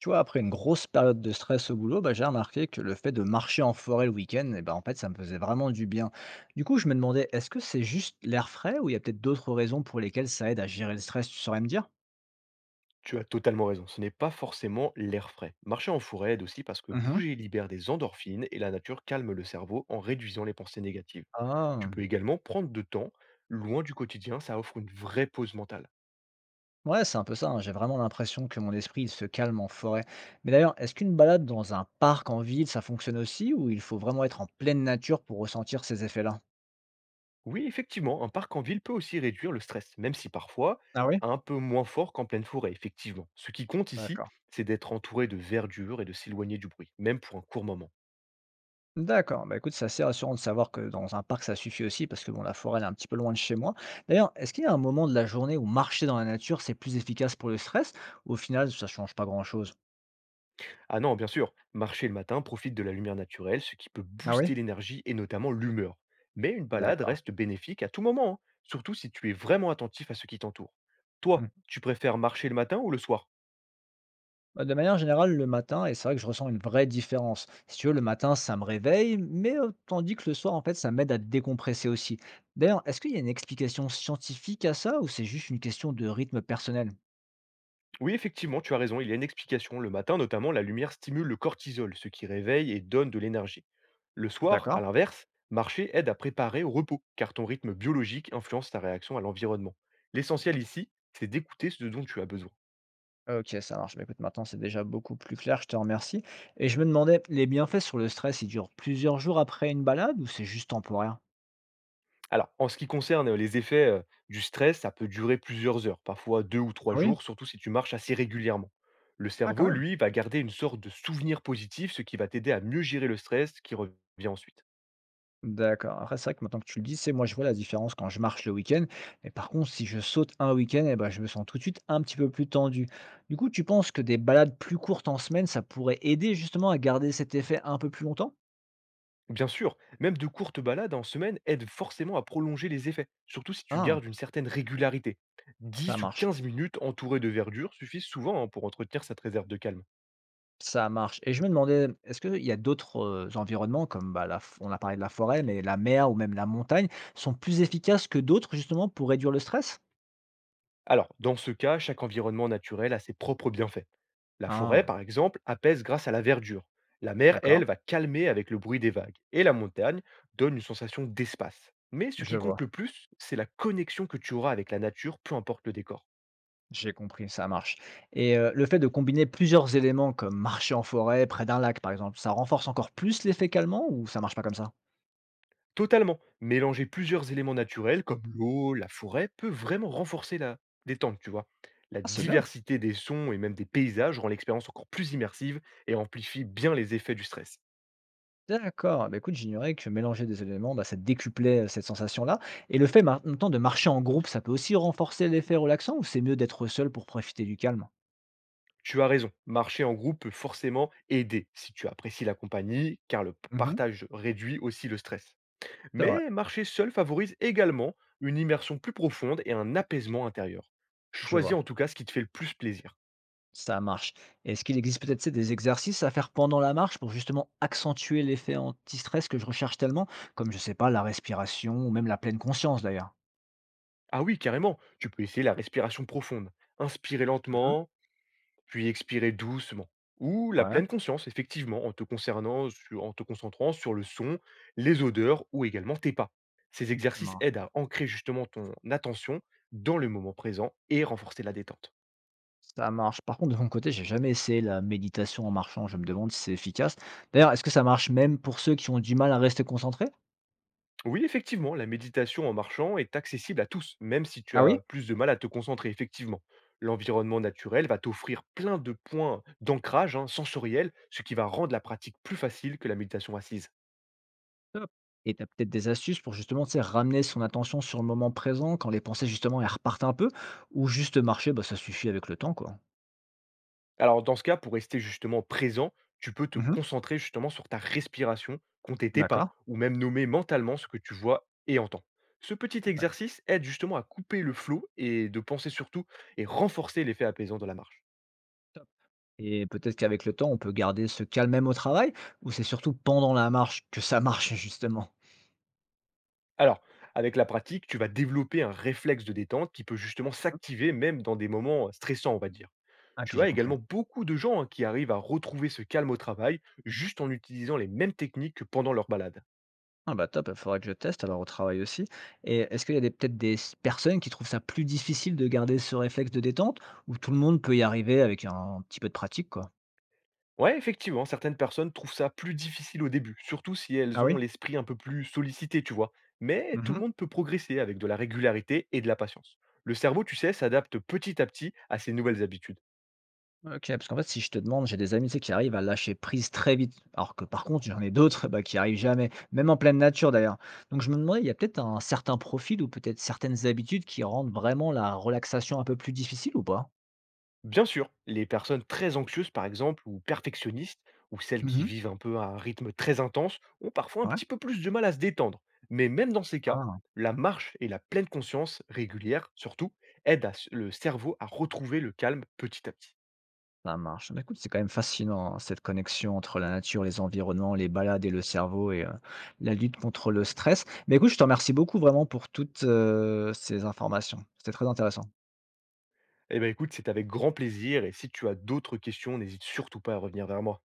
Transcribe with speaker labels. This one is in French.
Speaker 1: Tu vois, après une grosse période de stress au boulot, bah, j'ai remarqué que le fait de marcher en forêt le week-end, eh ben, en fait, ça me faisait vraiment du bien. Du coup, je me demandais, est-ce que c'est juste l'air frais ou il y a peut-être d'autres raisons pour lesquelles ça aide à gérer le stress, tu saurais me dire?
Speaker 2: Tu as totalement raison, ce n'est pas forcément l'air frais. Marcher en forêt aide aussi parce que
Speaker 1: Mhm.
Speaker 2: bouger libère des endorphines et la nature calme le cerveau en réduisant les pensées négatives. Tu
Speaker 1: Ah,
Speaker 2: peux également prendre de temps, loin du quotidien, ça offre une vraie pause mentale.
Speaker 1: ouais, c'est un peu ça. Hein. J'ai vraiment l'impression que mon esprit il se calme en forêt. Mais d'ailleurs, est-ce qu'une balade dans un parc en ville, ça fonctionne aussi ou il faut vraiment être en pleine nature pour ressentir ces effets-là?
Speaker 2: Oui, effectivement, un parc en ville peut aussi réduire le stress, même si parfois
Speaker 1: Ah oui.
Speaker 2: un peu moins fort qu'en pleine forêt, effectivement. Ce qui compte ici,
Speaker 1: D'accord.
Speaker 2: c'est d'être entouré de verdure et de s'éloigner du bruit, même pour un court moment.
Speaker 1: D'accord, bah, écoute, c'est assez rassurant de savoir que dans un parc, ça suffit aussi parce que bon, la forêt, elle est un petit peu loin de chez moi. D'ailleurs, est-ce qu'il y a un moment de la journée où marcher dans la nature, c'est plus efficace pour le stress? Ou au final, ça change pas grand-chose.
Speaker 2: Ah non, bien sûr, marcher le matin profite de la lumière naturelle, ce qui peut
Speaker 1: Ah oui?
Speaker 2: booster l'énergie et notamment l'humeur. Mais une balade
Speaker 1: D'accord.
Speaker 2: reste bénéfique à tout moment, hein, surtout si tu es vraiment attentif à ce qui t'entoure. Toi,
Speaker 1: Mhm.
Speaker 2: tu préfères marcher le matin ou le soir?
Speaker 1: Bah, de manière générale, le matin, et c'est vrai que je ressens une vraie différence. Si tu veux, le matin, ça me réveille, mais tandis que le soir, en fait, ça m'aide à décompresser aussi. D'ailleurs, est-ce qu'il y a une explication scientifique à ça ou c'est juste une question de rythme personnel?
Speaker 2: Oui, effectivement, tu as raison, il y a une explication. Le matin, notamment, la lumière stimule le cortisol, ce qui réveille et donne de l'énergie. Le soir, à
Speaker 1: D'accord.
Speaker 2: l'inverse, marcher aide à préparer au repos, car ton rythme biologique influence ta réaction à l'environnement. L'essentiel ici, c'est d'écouter ce dont tu as besoin.
Speaker 1: OK, ça marche. Bah, écoute, maintenant, c'est déjà beaucoup plus clair, je te remercie et je me demandais, les bienfaits sur le stress, ils durent plusieurs jours après une balade ou c'est juste temporaire?
Speaker 2: Alors, en ce qui concerne les effets du stress, ça peut durer plusieurs heures, parfois deux ou trois
Speaker 1: Ah oui?
Speaker 2: jours, surtout si tu marches assez régulièrement. Le
Speaker 1: Ah, quand
Speaker 2: cerveau,
Speaker 1: même!
Speaker 2: lui, va garder une sorte de souvenir positif, ce qui va t'aider à mieux gérer le stress qui revient ensuite.
Speaker 1: D'accord. Après, c'est vrai que maintenant que tu le dis, c'est moi, je vois la différence quand je marche le week-end, mais par contre, si je saute un week-end, eh ben, je me sens tout de suite un petit peu plus tendu. Du coup, tu penses que des balades plus courtes en semaine, ça pourrait aider justement à garder cet effet un peu plus longtemps?
Speaker 2: Bien sûr, même de courtes balades en semaine aident forcément à prolonger les effets, surtout si tu
Speaker 1: Ah,
Speaker 2: gardes une certaine régularité.
Speaker 1: ça
Speaker 2: 10 ou
Speaker 1: marche.
Speaker 2: 15 minutes entourées de verdure suffisent souvent, hein, pour entretenir cette réserve de calme.
Speaker 1: Ça marche, et je me demandais, est-ce qu'il y a d'autres, environnements comme, bah, la f on a parlé de la forêt, mais la mer ou même la montagne sont plus efficaces que d'autres justement pour réduire le stress?
Speaker 2: Alors, dans ce cas, chaque environnement naturel a ses propres bienfaits. La forêt,
Speaker 1: Ah,
Speaker 2: par exemple, apaise grâce à la verdure. La mer,
Speaker 1: d'accord,
Speaker 2: elle, va calmer avec le bruit des vagues. Et la montagne donne une sensation d'espace. Mais ce
Speaker 1: je
Speaker 2: qui compte
Speaker 1: vois,
Speaker 2: le plus, c'est la connexion que tu auras avec la nature, peu importe le décor.
Speaker 1: j'ai compris, ça marche, et le fait de combiner plusieurs éléments comme marcher en forêt près d'un lac par exemple, ça renforce encore plus l'effet calmant ou ça marche pas comme ça?
Speaker 2: Totalement. Mélanger plusieurs éléments naturels, comme l'eau, la forêt, peut vraiment renforcer la détente, tu vois. La
Speaker 1: Ah c'est bien,
Speaker 2: diversité des sons et même des paysages rend l'expérience encore plus immersive et amplifie bien les effets du stress.
Speaker 1: d'accord. Bah, écoute, j'ignorais que mélanger des éléments, bah, ça décuplait, cette sensation-là, et le fait maintenant de marcher en groupe, ça peut aussi renforcer l'effet relaxant ou c'est mieux d'être seul pour profiter du calme?
Speaker 2: Tu as raison, marcher en groupe peut forcément aider si tu apprécies la compagnie, car le
Speaker 1: Mmh.
Speaker 2: partage réduit aussi le stress.
Speaker 1: C'est vrai,
Speaker 2: Mais marcher seul favorise également une immersion plus profonde et un apaisement intérieur.
Speaker 1: je
Speaker 2: Choisis
Speaker 1: vois.
Speaker 2: en tout cas ce qui te fait le plus plaisir.
Speaker 1: Ça marche. Est-ce qu'il existe peut-être, tu sais, des exercices à faire pendant la marche pour justement accentuer l'effet anti-stress que je recherche tellement? Comme, je sais pas, la respiration ou même la pleine conscience d'ailleurs?
Speaker 2: Ah oui, carrément, tu peux essayer la respiration profonde. Inspirer
Speaker 1: Mmh.
Speaker 2: lentement, puis expirer doucement. Ou la
Speaker 1: Ouais.
Speaker 2: pleine conscience, effectivement, en te, concernant, en te concentrant sur le son, les odeurs ou également tes pas. Ces
Speaker 1: Ça
Speaker 2: exercices
Speaker 1: marche.
Speaker 2: aident à ancrer justement ton attention dans le moment présent et renforcer la détente.
Speaker 1: Ça marche. Par contre, de mon côté, j'ai jamais essayé la méditation en marchant. Je me demande si c'est efficace. D'ailleurs, est-ce que ça marche même pour ceux qui ont du mal à rester concentrés?
Speaker 2: Oui, effectivement, la méditation en marchant est accessible à tous, même si tu
Speaker 1: Ah oui?
Speaker 2: as plus de mal à te concentrer, effectivement. L'environnement naturel va t'offrir plein de points d'ancrage, hein, sensoriel, ce qui va rendre la pratique plus facile que la méditation assise.
Speaker 1: Top. Et tu as peut-être des astuces pour justement, tu sais, ramener son attention sur le moment présent quand les pensées justement, elles repartent un peu? Ou juste marcher, bah, ça suffit avec le temps, quoi?
Speaker 2: Alors, dans ce cas, pour rester justement présent, tu peux te
Speaker 1: Mmh.
Speaker 2: concentrer justement sur ta respiration, compter tes pas,
Speaker 1: D'accord.
Speaker 2: ou même nommer mentalement ce que tu vois et entends. Ce petit
Speaker 1: Ouais,
Speaker 2: exercice aide justement à couper le flot et de penser surtout et renforcer l'effet apaisant de la marche.
Speaker 1: top. Et peut-être qu'avec le temps, on peut garder ce calme même au travail? Ou c'est surtout pendant la marche que ça marche justement?
Speaker 2: Alors, avec la pratique, tu vas développer un réflexe de détente qui peut justement s'activer même dans des moments stressants, on va dire.
Speaker 1: Ah, OK,
Speaker 2: Tu
Speaker 1: j'ai
Speaker 2: as
Speaker 1: compris.
Speaker 2: également beaucoup de gens, hein, qui arrivent à retrouver ce calme au travail juste en utilisant les mêmes techniques que pendant leur balade.
Speaker 1: Ah bah, top, il faudra que je teste alors au travail aussi. Et est-ce qu'il y a des peut-être des s personnes qui trouvent ça plus difficile de garder ce réflexe de détente ou tout le monde peut y arriver avec un petit peu de pratique, quoi?
Speaker 2: Ouais, effectivement, certaines personnes trouvent ça plus difficile au début, surtout si
Speaker 1: Ah
Speaker 2: elles ont
Speaker 1: oui?
Speaker 2: l'esprit un peu plus sollicité, tu vois. Mais tout le
Speaker 1: Mmh.
Speaker 2: monde peut progresser avec de la régularité et de la patience. Le cerveau, tu sais, s'adapte petit à petit à ces nouvelles habitudes.
Speaker 1: OK, parce qu'en fait, si je te demande, j'ai des amis, tu sais, qui arrivent à lâcher prise très vite, alors que par contre, j'en ai d'autres, bah, qui arrivent jamais, même en pleine nature d'ailleurs. Donc je me demandais, il y a peut-être un certain profil ou peut-être certaines habitudes qui rendent vraiment la relaxation un peu plus difficile ou pas?
Speaker 2: Bien sûr, les personnes très anxieuses, par exemple, ou perfectionnistes, ou celles qui
Speaker 1: Mmh.
Speaker 2: vivent un peu à un rythme très intense, ont parfois un
Speaker 1: Ouais.
Speaker 2: petit peu plus de mal à se détendre. Mais même dans ces cas,
Speaker 1: Ah,
Speaker 2: la marche et la pleine conscience régulière, surtout, aident à le cerveau à retrouver le calme petit à petit.
Speaker 1: ça marche. Bah, écoute, c'est quand même fascinant, hein, cette connexion entre la nature, les environnements, les balades et le cerveau et la lutte contre le stress. Mais écoute, je te remercie beaucoup vraiment pour toutes, ces informations. C'était très intéressant.
Speaker 2: Eh ben, écoute, c'est avec grand plaisir et si tu as d'autres questions, n'hésite surtout pas à revenir vers moi.